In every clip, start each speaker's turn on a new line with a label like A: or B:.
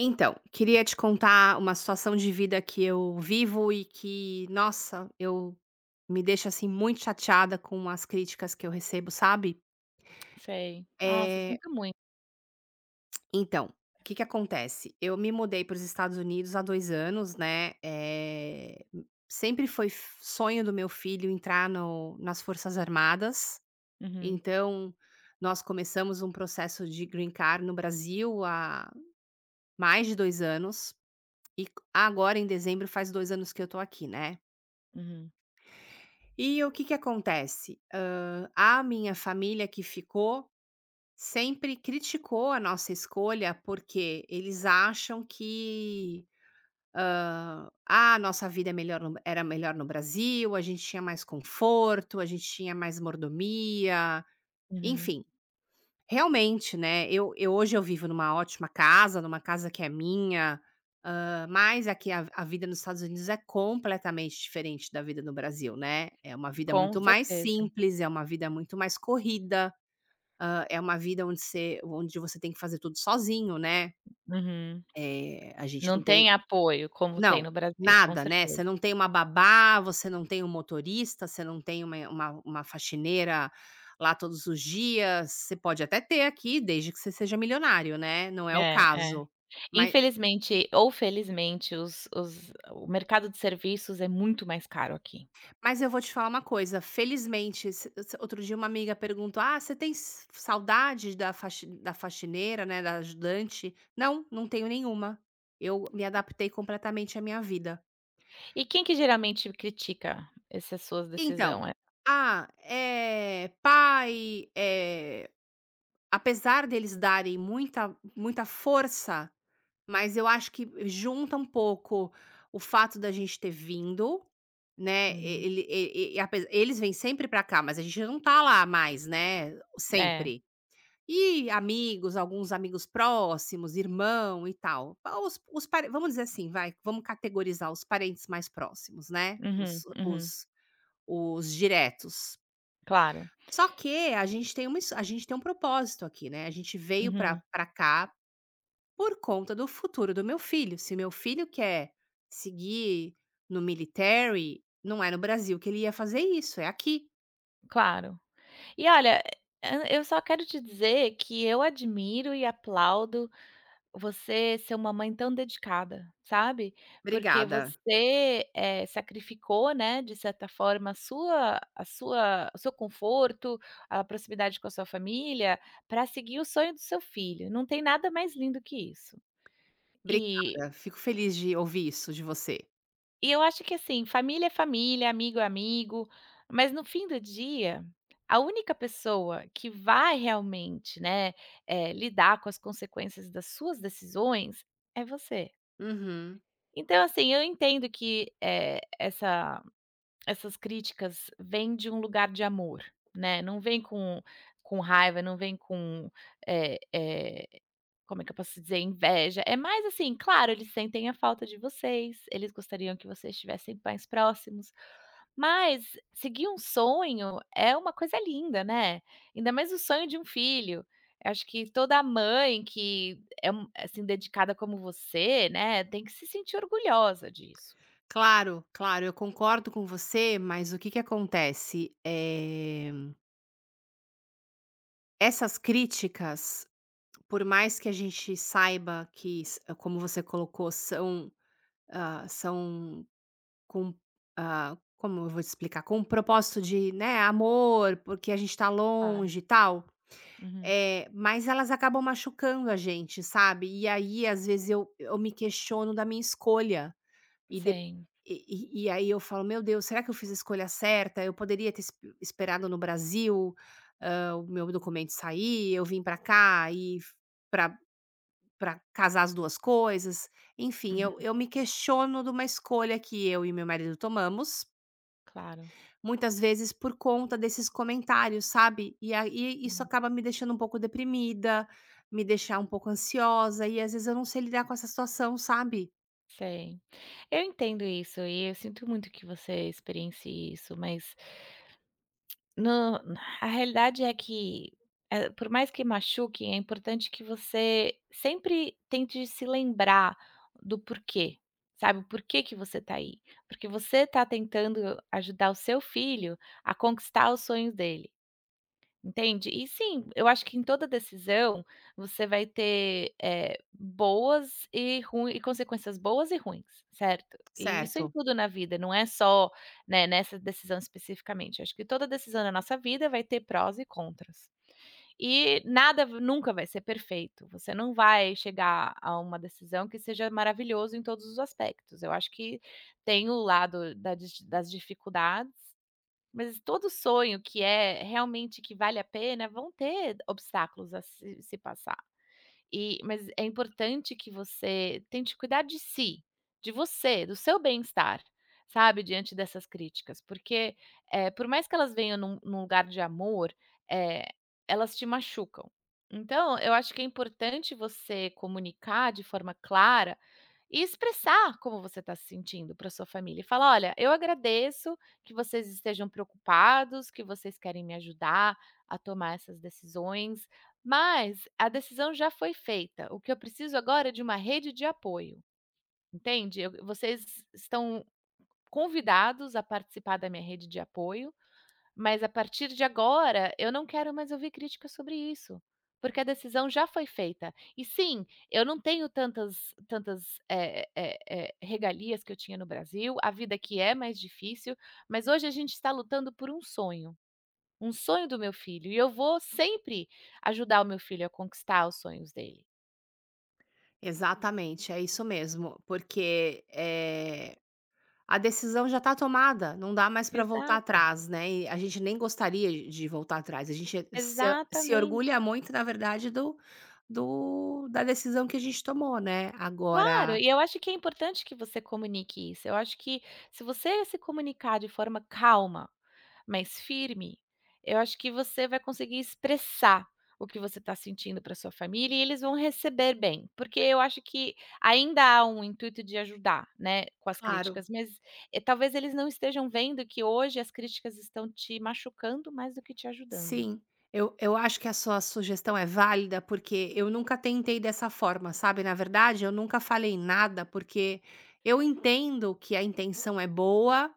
A: Então, queria te contar uma situação de vida que eu vivo e que, nossa, eu me deixa assim muito chateada com as críticas que eu recebo, sabe?
B: Sei. Nossa,
A: Eh,
B: sinto muito.
A: então, o que que acontece? Eu me mudei para os Estados Unidos há 2 anos, né? Sempre foi sonho do meu filho entrar nas Forças Armadas.
B: Uhum,
A: Então, nós começamos um processo de green card no Brasil há mais de 2 anos. E agora em dezembro faz 2 anos que eu tô aqui, né.
B: uhum,
A: E o que que acontece, a minha família que ficou sempre criticou a nossa escolha, porque eles acham que, a nossa vida é melhor era melhor no Brasil, a gente tinha mais conforto, a gente tinha mais mordomia,
B: uhum.
A: enfim. Realmente, né, eu hoje eu vivo numa ótima casa, numa casa que é minha. Mas aqui a vida nos Estados Unidos é completamente diferente da vida no Brasil, né. É uma vida
B: Com
A: muito mais
B: certeza.
A: simples, é uma vida muito mais corrida, é uma vida onde você tem que fazer tudo sozinho, né.
B: Uhum.
A: A gente
B: Não
A: não tem.
B: tem apoio como tem
A: Não,
B: no Brasil, com
A: nada, né,
B: certeza.
A: você não tem uma babá, você não tem um motorista, você não tem uma faxineira lá todos os dias, você pode até ter aqui, desde que você seja milionário, né, não é o
B: É, é.
A: caso. Mas
B: Infelizmente ou felizmente, os o mercado de serviços é muito mais caro aqui.
A: mas eu vou te falar uma coisa, felizmente, se outro dia uma amiga perguntou: "Ah, você tem s saudade da faxineira, né, da ajudante?". Não, não tenho nenhuma. Eu me adaptei completamente à minha vida.
B: E quem que geralmente critica essas suas
A: Então,
B: decisão?
A: é pai, apesar deles darem muita muita força, mas eu acho que junta um pouco o fato da gente ter vindo, né,
B: Uhum.
A: ele e ape eles vêm sempre pra cá, mas a gente não tá lá mais, né,
B: É.
A: sempre. E amigos, alguns amigos próximos, irmão e tal. Os pare Vamos dizer assim, vai, vamos categorizar os parentes mais próximos, né,
B: Uhum,
A: os
B: uhum.
A: os os diretos.
B: Claro.
A: Só que a gente tem um propósito aqui, né, a gente veio pra
B: Uhum,
A: pra cá por conta do futuro do meu filho. Se meu filho quer seguir no military, não é no Brasil que ele ia fazer isso, é aqui.
B: claro. E olha, eu só quero te dizer que eu admiro e aplaudo você ser uma mãe tão dedicada, sabe, porque
A: Obrigada,
B: você, sacrificou, né, de certa forma a sua o seu conforto, a proximidade com a sua família, para seguir o sonho do seu filho, não tem nada mais lindo que isso. E
A: obrigada, fico feliz de ouvir isso de você.
B: e eu acho que assim, família é família, amigo é amigo, mas no fim do dia, a única pessoa que vai realmente, né, lidar com as consequências das suas decisões é você.
A: Uhum.
B: Então, assim, eu entendo que, essas críticas vêm de um lugar de amor, né, não vem com raiva, não vem com, eh eh como é que eu posso dizer? Inveja. É mais assim, claro, eles sentem a falta de vocês, eles gostariam que vocês estivessem mais próximos, mas seguir um sonho é uma coisa linda, né. Ainda mais o sonho de um filho. Eu acho que toda mãe que é um assim, dedicada como você, né, tem que se sentir orgulhosa disso.
A: Claro, claro, eu concordo com você, mas o que que acontece, essas críticas, por mais que a gente saiba que, s como você colocou, são. São com, como eu vou te explicar? Com um propósito de, né, amor, porque a gente tá
B: Claro.
A: longe e tal,
B: Uhum.
A: é, mas elas acabam machucando a gente, sabe? E aí, às vezes, eu me questiono da minha escolha. e de
B: Sim.
A: e aí eu falo: "Meu Deus, será que eu fiz a escolha certa? Eu poderia ter esperado no Brasil, o meu documento sair, eu vim pra cá e f para casar as 2 coisas, enfim, eu
B: Uhum,
A: eu me questiono de uma escolha que eu e meu marido tomamos,
B: claro.
A: muitas vezes por conta desses comentários, sabe. E aí isso
B: Não,
A: acaba me deixando um pouco deprimida, me deixar um pouco ansiosa e às vezes eu não sei lidar com essa situação, sabe.
B: sei. Eu entendo isso e eu sinto muito que você experiencie isso, mas No a realidade é que, por mais que machuque, é importante que você sempre tente se lembrar do porquê, sabe, o porquê que você tá aí. Porque você tá tentando ajudar o seu filho a conquistar os sonhos dele. Entende? E sim, eu acho que em toda decisão você vai ter, boas e ruim e consequências boas e ruins, certo? E isso em
A: Certo,
B: tudo na vida, não é só, né, nessa decisão especificamente. Acho que toda decisão na nossa vida vai ter prós e contras. E nada v nunca vai ser perfeito. Você não vai chegar a uma decisão que seja maravilhoso em todos os aspectos. Eu acho que tem o lado da dis das dificuldades, mas todo sonho que é realmente que vale a pena, vão ter obstáculos a se se passar. E mas é importante que você tente cuidar de si, de você, do seu bem-estar, sabe, diante dessas críticas, porque, por mais que elas venham num lugar de amor, eh, elas te machucam. Então eu acho que é importante você comunicar de forma clara e expressar como você está se sentindo para sua família e falar: "Olha, eu agradeço que vocês estejam preocupados, que vocês querem me ajudar a tomar essas decisões, mas a decisão já foi feita. O que eu preciso agora é de uma rede de apoio, entende? Eu Vocês estão convidados a participar da minha rede de apoio, mas a partir de agora, eu não quero mais ouvir críticas sobre isso, porque a decisão já foi feita. E sim, eu não tenho tantas regalias que eu tinha no Brasil, a vida aqui é mais difícil, mas hoje a gente está lutando por um sonho do meu filho, e eu vou sempre ajudar o meu filho a conquistar os sonhos dele.
A: exatamente, é isso mesmo, porque, a decisão já está tomada, não dá mais para voltar
B: Exato,
A: atrás, né, e a gente nem gostaria de voltar atrás, a gente se
B: exatamente.
A: orgulha muito, na verdade, do do da decisão que a gente tomou, né.
B: Claro,
A: Agora
B: e eu acho que é importante que você comunique isso. Eu acho que se você se comunicar de forma calma, mas firme, eu acho que você vai conseguir expressar o que você está sentindo para sua família e eles vão receber bem, porque eu acho que ainda há um intuito de ajudar, né, com as
A: claro,
B: críticas, mas talvez eles não estejam vendo que hoje as críticas estão te machucando mais do que te ajudando.
A: sim, eu acho que a sua sugestão é válida, porque eu nunca tentei dessa forma, sabe, na verdade, eu nunca falei nada, porque eu entendo que a intenção é boa.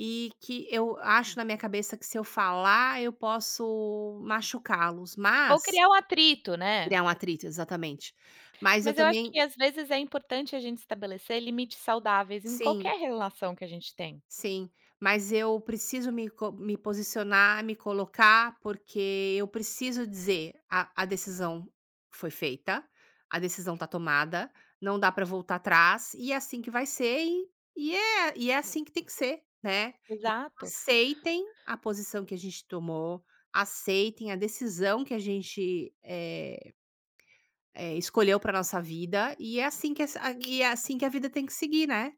A: E que eu acho na minha cabeça que se eu falar, eu posso machucá-los,
B: Ou
A: mas
B: criar um atrito, né?
A: criar um atrito, exatamente. Mas eu
B: Mas eu acho
A: também
B: que às vezes é importante a gente estabelecer limites saudáveis em
A: sim.
B: qualquer relação que a gente tem.
A: Sim, mas eu preciso me posicionar, me colocar, porque eu preciso dizer: "A decisão foi feita, a decisão tá tomada, não dá para voltar atrás, e é assim que vai ser e é assim que tem que ser", né. Então
B: Exato,
A: aceitem a posição que a gente tomou, aceitem a decisão que a gente, escolheu para nossa vida, e é assim que essa e é assim que a vida tem que seguir, né.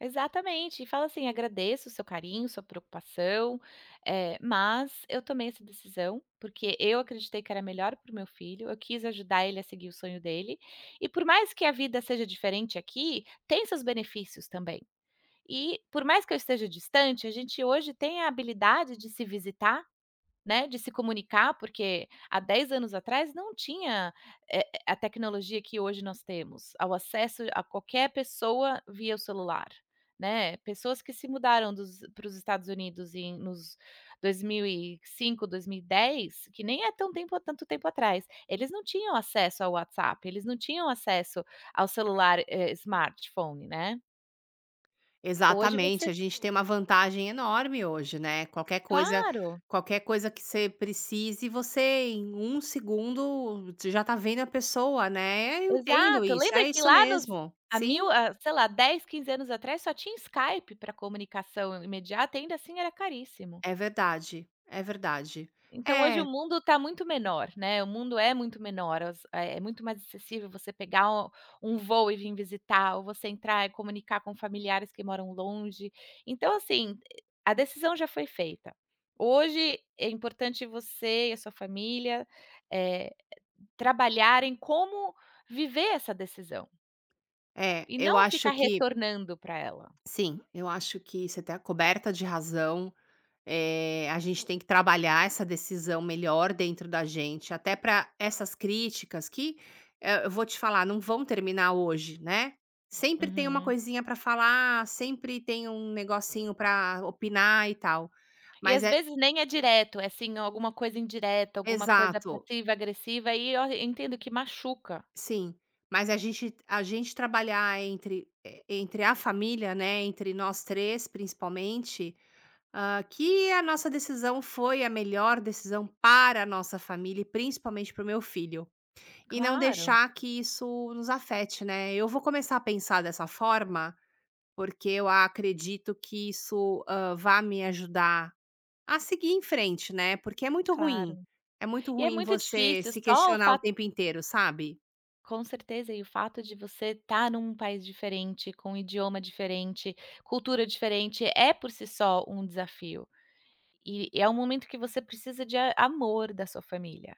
B: exatamente. E fala assim: agradeço o seu carinho, sua preocupação, mas eu tomei essa decisão porque eu acreditei que era melhor para o meu filho, eu quis ajudar ele a seguir o sonho dele. E por mais que a vida seja diferente aqui, tem seus benefícios também. E por mais que eu esteja distante, a gente hoje tem a habilidade de se visitar, né, de se comunicar, porque há 10 anos atrás não tinha, a tecnologia que hoje nós temos, ao acesso a qualquer pessoa via o celular, né. Pessoas que se mudaram para os Estados Unidos nos 2005, 2010, que nem é tão tempo tanto tempo atrás, eles não tinham acesso ao WhatsApp, eles não tinham acesso ao celular, smartphone, né. Hoje
A: Exatamente,
B: você
A: a gente tem uma vantagem enorme hoje, né, qualquer coisa
B: Claro.
A: qualquer coisa que você precise, você em um segundo, você já tá vendo a pessoa, né. Eu entendo
B: Exato,
A: isso,
B: lembra
A: é
B: que
A: isso
B: lá nos
A: mesmo.
B: há
A: Sim,
B: mil há, sei lá, 10, 15 anos atrás só tinha Skype para comunicação imediata, e ainda assim era caríssimo.
A: é verdade, é verdade.
B: Então hoje o
A: É,
B: mundo está muito menor, né, o mundo é muito menor, as é é muito mais acessível você pegar um um voo e vir visitar, ou você entrar e comunicar com familiares que moram longe. Então assim, a decisão já foi feita. Hoje é importante você e a sua família, eh, trabalharem como viver essa decisão.
A: é,
B: E
A: eu
B: não ficar
A: acho que
B: retornando para ela.
A: sim, eu acho que você tá coberta de razão. A gente tem que trabalhar essa decisão melhor dentro da gente, até para essas críticas que, eu vou te falar, não vão terminar hoje, né. Sempre tem uma
B: Uhum.
A: coisinha para falar, sempre tem um negocinho para opinar e tal.
B: E
A: Mas
B: às
A: é
B: vezes nem é direto, é assim alguma coisa indireta, alguma coisa
A: exato,
B: passiva-agressiva e eu entendo que machuca,
A: sim. Mas a gente trabalhar entre, entre a família, né, entre nós 3 principalmente. Ah, que a nossa decisão foi a melhor decisão para a nossa família e principalmente para o meu filho. E não
B: claro.
A: deixar que isso nos afete, né. Eu vou começar a pensar dessa forma, porque eu acredito que isso, vá me ajudar a seguir em frente, né, porque é muito
B: Claro.
A: ruim. É muito
B: E é
A: ruim
B: muito
A: você
B: difícil,
A: se
B: só o
A: questionar o
B: fato
A: tempo inteiro, sabe?
B: com certeza, e o fato de você estar num país diferente, com um idioma diferente, cultura diferente, é por si só um desafio. E é um momento que você precisa de a amor da sua família.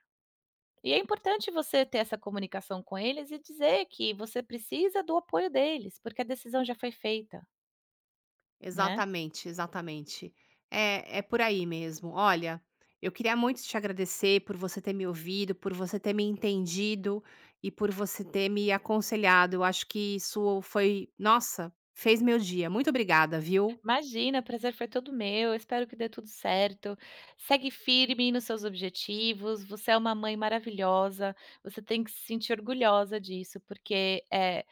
B: E é importante você ter essa comunicação com eles e dizer que você precisa do apoio deles, porque a decisão já foi feita, né.
A: Exatamente, exatamente. É, é por aí mesmo. Olha, eu queria muito te agradecer por você ter me ouvido, por você ter me entendido e por você ter me aconselhado. Eu acho que isso foi, nossa, fez meu dia. Muito obrigada, viu?
B: "Imagina, o prazer foi todo meu, espero que dê tudo certo, segue firme nos seus objetivos, você é uma mãe maravilhosa, você tem que se sentir orgulhosa disso, porque,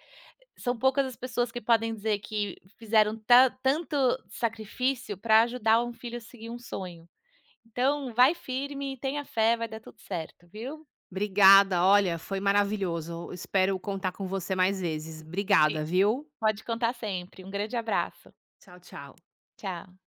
B: são poucas as pessoas que podem dizer que fizeram ta tanto sacrifício para ajudar um filho a seguir um sonho. Então vai firme, tenha fé, vai dar tudo certo, viu".
A: Obrigada, olha, foi maravilhoso. Eu espero contar com você mais vezes. Obrigada, viu?
B: Pode contar sempre. Um grande abraço.
A: Tchau, tchau.
B: Tchau.